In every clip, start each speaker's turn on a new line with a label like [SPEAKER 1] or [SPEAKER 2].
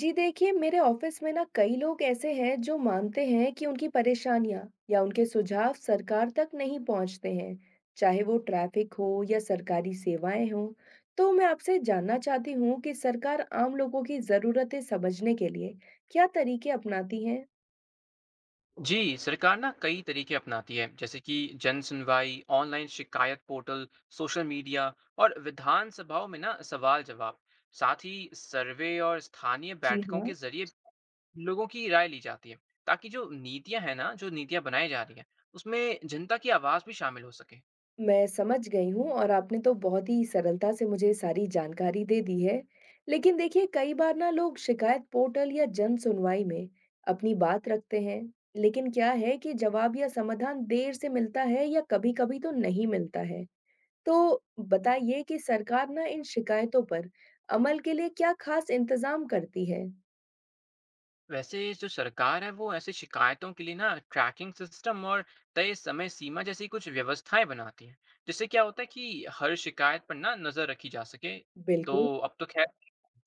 [SPEAKER 1] जी देखिए, मेरे ऑफिस में ना कई लोग ऐसे हैं जो मानते हैं कि उनकी परेशानियां या उनके सुझाव सरकार तक नहीं पहुंचते हैं, चाहे वो ट्रैफिक हो या सरकारी सेवाएं हों। तो मैं आपसे जानना चाहती हूँ कि सरकार आम लोगों की जरूरतें समझने के लिए क्या तरीके अपनाती है?
[SPEAKER 2] जी, सरकार ना कई तरीके अपनाती है, जैसे कि जन सुनवाई, ऑनलाइन शिकायत पोर्टल, सोशल मीडिया और विधान सभाओं में ना सवाल-जवाब। साथ ही सर्वे और स्थानीय
[SPEAKER 1] जी,
[SPEAKER 2] बैठकों के जरिए लोगों की राय ली जाती है, ताकि जो नीतियाँ हैं ना, जो नीतियाँ बनाई जा रही हैं, उसमें जनता की आवाज़ भी शामिल हो सके।
[SPEAKER 1] मैं समझ गई हूँ और आपने तो बहुत ही सरलता से मुझे सारी जानकारी दे दी है। लेकिन देखिए कई बार ना लोग शिकायत पोर्टल या जन सुनवाई में अपनी बात रखते हैं। लेकिन क्या है कि जवाब या समाधान देर से मिलता है या कभी-कभी तो नहीं मिलता है। तो बताइए कि सरकार ना इन शिकायतों पर अमल के लिए क्या खास इंतजाम करती है?
[SPEAKER 2] वैसे जो सरकार है वो ऐसी शिकायतों के लिए ना ट्रैकिंग सिस्टम और तय समय सीमा जैसी कुछ व्यवस्थाएं बनाती है, जिससे क्या होता है कि हर शिकायत पर ना नजर रखी जा सके। तो
[SPEAKER 1] बिल्कुल।
[SPEAKER 2] अब तो खैर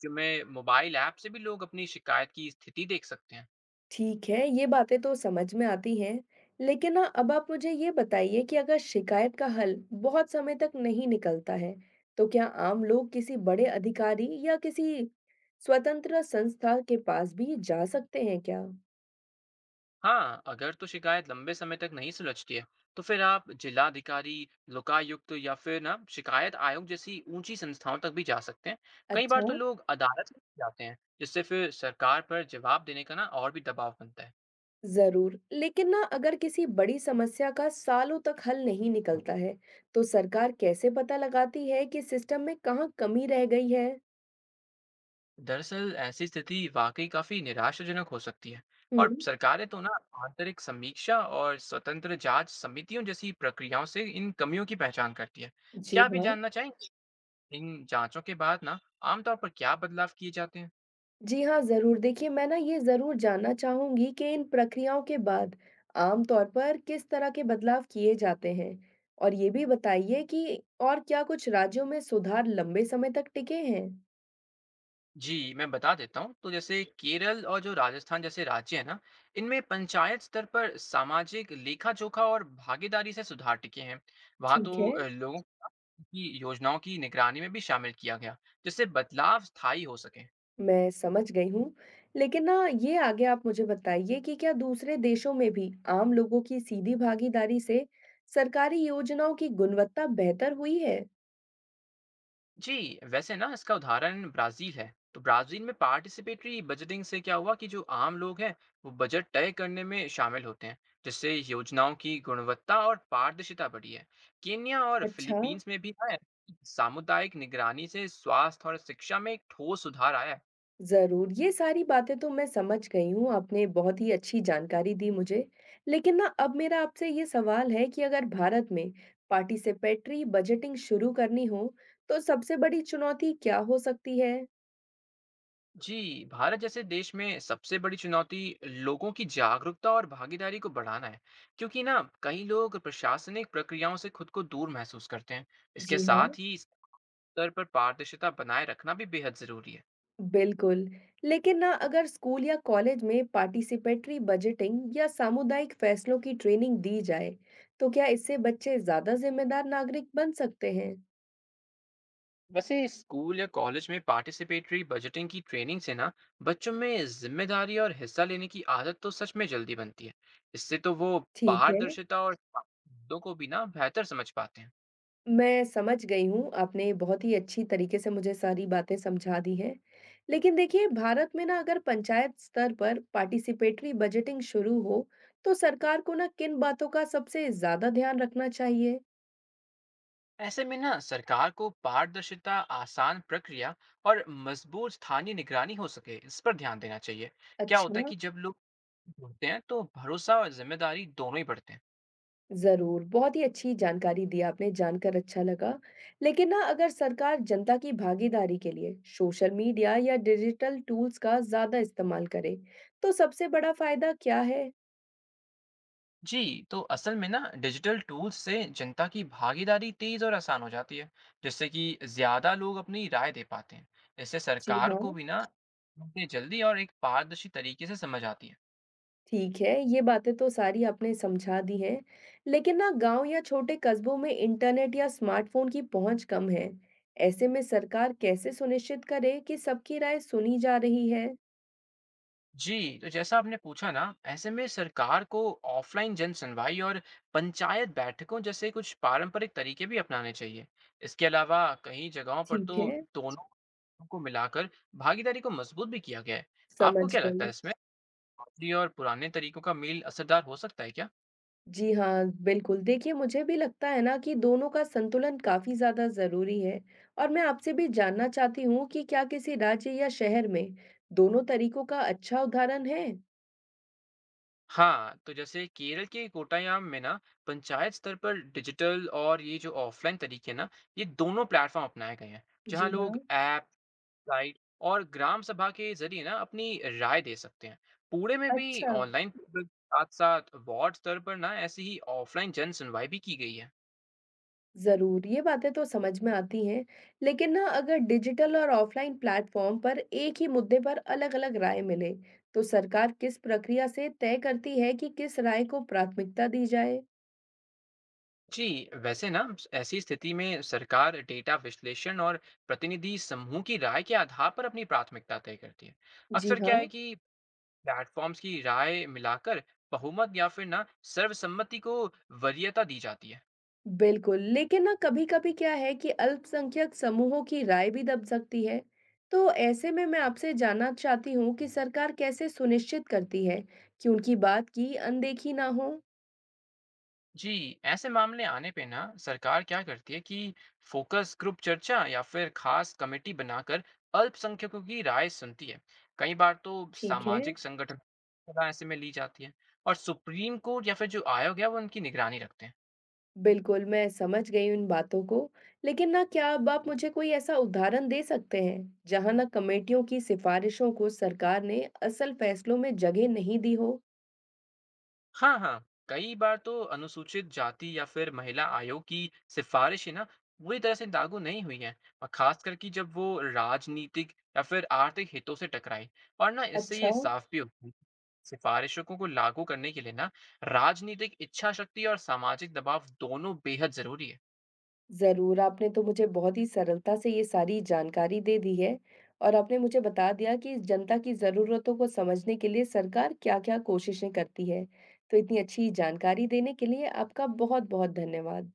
[SPEAKER 2] जो में मोबाइल ऐप से भी लोग अपनी शिकायत की स्थिति देख सकते हैं।
[SPEAKER 1] ठीक है, ये बातें तो समझ में आती हैं। लेकिन ना अब आप मुझे ये बताइए कि अगर शिकायत का हल बहुत समय तक नहीं निकलता है, तो क्या आम लोग किसी बड़े अधिकारी या किसी स्वतंत्र संस्था के पास भी जा सकते हैं क्या?
[SPEAKER 2] हाँ, अगर तो शिकायत लंबे समय तक नहीं सुलझती है, तो फिर आप जिलाधिकारी, लोकायुक्त या फिर ना शिकायत आयोग जैसी ऊंची संस्थाओं तक भी जा सकते हैं। कई
[SPEAKER 1] अच्छा,
[SPEAKER 2] बार तो लोग अदालत में भी जाते हैं, जिससे फिर सरकार पर जवाब देने का ना और भी दबाव बनता है।
[SPEAKER 1] ज़रूर। लेकिन ना अगर किसी बड़ी समस्या का सालों तक हल नहीं निकलता है, तो सरकार कैसे पता लगाती है कि सिस्टम में कहाँ कमी रह गई है?
[SPEAKER 2] दरअसल ऐसी स्थिति वाकई काफी निराशाजनक हो सकती है,
[SPEAKER 1] हुँ,
[SPEAKER 2] और सरकारें तो ना आंतरिक समीक्षा और स्वतंत्र जांच समितियों जैसी प्रक्रियाओं से इन कमियों की पहचान करती है।
[SPEAKER 1] जी
[SPEAKER 2] क्या आप ये
[SPEAKER 1] हाँ।
[SPEAKER 2] जानना चाहेंगे इन जांचों के बाद ना आमतौर पर क्या बदलाव किए जाते हैं?
[SPEAKER 1] जी हाँ, ज़रूर। देखिए, मैं ना ये ज़रूर जानना चाहूँगी कि इन प्रक्रियाओं के बाद आम तौर पर किस तरह के बदलाव किए जाते हैं? और ये भी बताइए कि और क्या कुछ राज्यों में सुधार लंबे समय तक टिके हैं?
[SPEAKER 2] जी, मैं बता देता हूँ। तो जैसे केरल और जो राजस्थान जैसे राज्य हैं ना, इनमें पंचायत स्तर पर सामाजिक लेखा-जोखा और भागीदारी से सुधार टिके हैं। वहाँ
[SPEAKER 1] ठीक
[SPEAKER 2] तो
[SPEAKER 1] है,
[SPEAKER 2] लोगों की योजनाओं की निगरानी में भी शामिल किया गया, जिससे बदलाव स्थायी हो सके।
[SPEAKER 1] मैं समझ गई हूँ। लेकिन ना ये आगे आप मुझे बताइए कि क्या दूसरे देशों में भी आम लोगों की सीधी भागीदारी से सरकारी योजनाओं की गुणवत्ता बेहतर हुई है?
[SPEAKER 2] जी, वैसे ना इसका उदाहरण ब्राज़ील है। तो ब्राज़ील में पार्टिसिपेटरी बजटिंग से क्या हुआ कि जो आम लोग हैं, वो बजट तय करने में शामिल होते हैं, जिससे योजनाओं की गुणवत्ता और पारदर्शिता बढ़ी है। केन्या और
[SPEAKER 1] अच्छा।
[SPEAKER 2] फिलीपींस में भी ना है, सामुदायिक निगरानी से स्वास्थ्य और शिक्षा में एक ठोस सुधार आया है।
[SPEAKER 1] जरूर, ये सारी बातें तो मैं समझ गई हूँ। आपने बहुत ही अच्छी जानकारी दी मुझे। लेकिन ना अब मेरा आपसे ये सवाल है कि अगर भारत में पार्टिसिपेटरी बजटिंग शुरू करनी हो तो सबसे बड़ी चुनौती क्या हो सकती है?
[SPEAKER 2] जी, भारत जैसे देश में सबसे बड़ी चुनौती लोगों की जागरूकता और भागीदारी को बढ़ाना है, क्योंकि ना कई लोग प्रशासनिक प्रक्रियाओं से खुद को दूर महसूस करते हैं। इसके
[SPEAKER 1] जी हाँ।
[SPEAKER 2] साथ ही स्तर पर पारदर्शिता बनाए रखना भी बेहद जरूरी है।
[SPEAKER 1] बिल्कुल। लेकिन ना अगर स्कूल या कॉलेज में पार्टिसिपेटरी बजटिंग या सामुदायिक फैसलों की ट्रेनिंग दी जाए तो क्या इससे बच्चे ज्यादा जिम्मेदार नागरिक बन सकते हैं?
[SPEAKER 2] वैसे स्कूल या कॉलेज में पार्टिसिपेटरी बजटिंग की ट्रेनिंग से ना बच्चों में जिम्मेदारी और हिस्सा लेने की आदत तो सच में जल्दी बनती है। इससे तो वो
[SPEAKER 1] ठीक है।
[SPEAKER 2] पारदर्शिता और मुद्दों को भी ना बेहतर समझ पाते हैं।
[SPEAKER 1] मैं समझ गई हूँ, आपने बहुत ही अच्छी तरीके से मुझे सारी बातें समझा दी हैं। लेकिन देखिए, भारत में ना अगर पंचायत स्तर पर पार्टिसिपेटरी बजटिंग शुरू हो, तो सरकार को ना किन बातों का सबसे ज़्यादा ध्यान रखना चाहिए?
[SPEAKER 2] ऐसे में ना सरकार को पारदर्शिता, आसान प्रक्रिया और मजबूत स्थानीय निगरानी हो सके, इस पर ध्यान देना चाहिए। क्या होता है
[SPEAKER 1] अच्छा,
[SPEAKER 2] कि जब लोग जुड़ते हैं तो भरोसा और जिम्मेदारी दोनों ही बढ़ते हैं।
[SPEAKER 1] ज़रूर। बहुत ही अच्छी जानकारी दी आपने, जानकर अच्छा लगा। लेकिन ना अगर सरकार जनता की भागीदारी के लिए सोशल मीडिया या डिजिटल टूल्स का ज़्यादा इस्तेमाल करे, तो सबसे बड़ा फ़ायदा क्या है?
[SPEAKER 2] जी, तो असल में ना डिजिटल टूल्स से जनता की भागीदारी तेज और आसान हो जाती है, जिससे कि ज़्यादा लोग अपनी राय दे पाते हैं। इससे
[SPEAKER 1] जी
[SPEAKER 2] सरकार
[SPEAKER 1] हाँ।
[SPEAKER 2] को भी ना मुद्दे जल्दी और एक पारदर्शी तरीके से समझ आती है।
[SPEAKER 1] ठीक है, ये बातें तो सारी आपने समझा दी हैं, लेकिन ना गांव या छोटे कस्बों में इंटरनेट या स्मार्टफोन की पहुंच कम है। ऐसे में सरकार कैसे सुनिश्चित करे कि सबकी राय सुनी जा रही है?
[SPEAKER 2] जी, तो जैसा आपने पूछा ना, ऐसे में सरकार को ऑफलाइन जन सुनवाई और पंचायत बैठकों जैसे कुछ पारंपरिक तरीके भी अपनाने चाहिए। इसके अलावा कई जगहों पर
[SPEAKER 1] ठीक
[SPEAKER 2] तो
[SPEAKER 1] है,
[SPEAKER 2] दोनों को मिलाकर भागीदारी को मजबूत भी किया गया है। आपको
[SPEAKER 1] समझ
[SPEAKER 2] क्या लगता है
[SPEAKER 1] गई।
[SPEAKER 2] इसमें? जी और पुराने तरीकों का मेल असरदार हो सकता है क्या?
[SPEAKER 1] जी हाँ, बिल्कुल। देखिए, मुझे भी लगता है ना कि दोनों का संतुलन काफी ज्यादा जरूरी है। और मैं आपसे भी जानना चाहती हूँ कि क्या किसी राज्य या शहर में दोनों तरीकों का अच्छा उदाहरण है?
[SPEAKER 2] हाँ, तो जैसे केरल के कोटायाम में ना पंचायत स्तर पर डिजिटल और ये जो ऑफलाइन तरीके ना, ये दोनों प्लेटफॉर्म अपनाए गए हैं, जहाँ
[SPEAKER 1] जी
[SPEAKER 2] लोग
[SPEAKER 1] हाँ,
[SPEAKER 2] ऐप, गाइड और ग्राम सभा के जरिए ना अपनी राय दे सकते हैं। पुणे में भी
[SPEAKER 1] अच्छा।
[SPEAKER 2] ऑनलाइन पोर्टल के साथ साथ वार्ड स्तर पर ना ऐसी ही ऑफलाइन जन सुनवाई भी की गई है।
[SPEAKER 1] ज़रूर, ये बातें तो समझ में आती हैं, लेकिन ना अगर डिजिटल और ऑफ़लाइन प्लेटफ़ॉर्म पर एक ही मुद्दे पर अलग-अलग राय मिले, तो सरकार किस प्रक्रिया से तय करती है कि किस राय को प्राथमिकता दी जाए?
[SPEAKER 2] जी, वैसे ना ऐसी स्थिति में सरकार डेटा विश्लेषण और प्रतिनिधि समूह की राय के आधार पर अपनी प्राथमिकता तय करती है।
[SPEAKER 1] जी
[SPEAKER 2] अक्सर
[SPEAKER 1] हाँ,
[SPEAKER 2] क्या है कि प्लेटफॉर्म्स की राय मिलाकर बहुमत या फिर ना सर्वसम्मति को वरीयता दी जाती है।
[SPEAKER 1] बिल्कुल, लेकिन ना कभी-कभी क्या है कि अल्पसंख्यक समूहों की राय भी दब सकती है, तो ऐसे में मैं आपसे जानना चाहती हूँ कि सरकार कैसे सुनिश्चित करती है कि उनकी बात की अनदेखी ना हो?
[SPEAKER 2] जी, ऐसे मामले आने पे ना सरकार क्या करती है कि फोकस ग्रुप चर्चा या फिर खास कमेटी बनाकर अल्पसंख्यकों की राय सुनती है। कई बार तो
[SPEAKER 1] ठीक है।
[SPEAKER 2] सामाजिक संगठन सलाह ऐसे में ली जाती है और सुप्रीम कोर्ट या फिर जो आयोग है वो उनकी निगरानी रखते हैं।
[SPEAKER 1] बिल्कुल, मैं समझ गई उन बातों को, लेकिन ना क्या अब आप मुझे कोई ऐसा उदाहरण दे सकते हैं, जहाँ ना कमेटियों की सिफारिशों को सरकार ने असल फैसलों में जगह नहीं दी हो?
[SPEAKER 2] हाँ, हाँ। कई बार तो अनुसूचित जाति या फिर महिला आयोग की सिफ़ारिशें ना पूरी तरह से लागू नहीं हुई हैं, और ख़ासकर कि जब वो राजनीतिक या फिर आर्थिक हितों से टकराएँ, और ना इससे
[SPEAKER 1] अच्छा,
[SPEAKER 2] ये साफ़ भी होती है। सिफ़ारिशों को लागू करने के लिए ना राजनीतिक इच्छाशक्ति और सामाजिक दबाव दोनों बेहद ज़रूरी है।
[SPEAKER 1] ज़रूर, आपने तो मुझे बहुत ही सरलता से ये सारी जानकारी दे दी है और आपने मुझे बता दिया कि जनता की ज़रूरतों को समझने के लिए सरकार क्या-क्या कोशिशें करती है। तो इतनी अच्छी जानकारी देने के लिए आपका बहुत-बहुत धन्यवाद।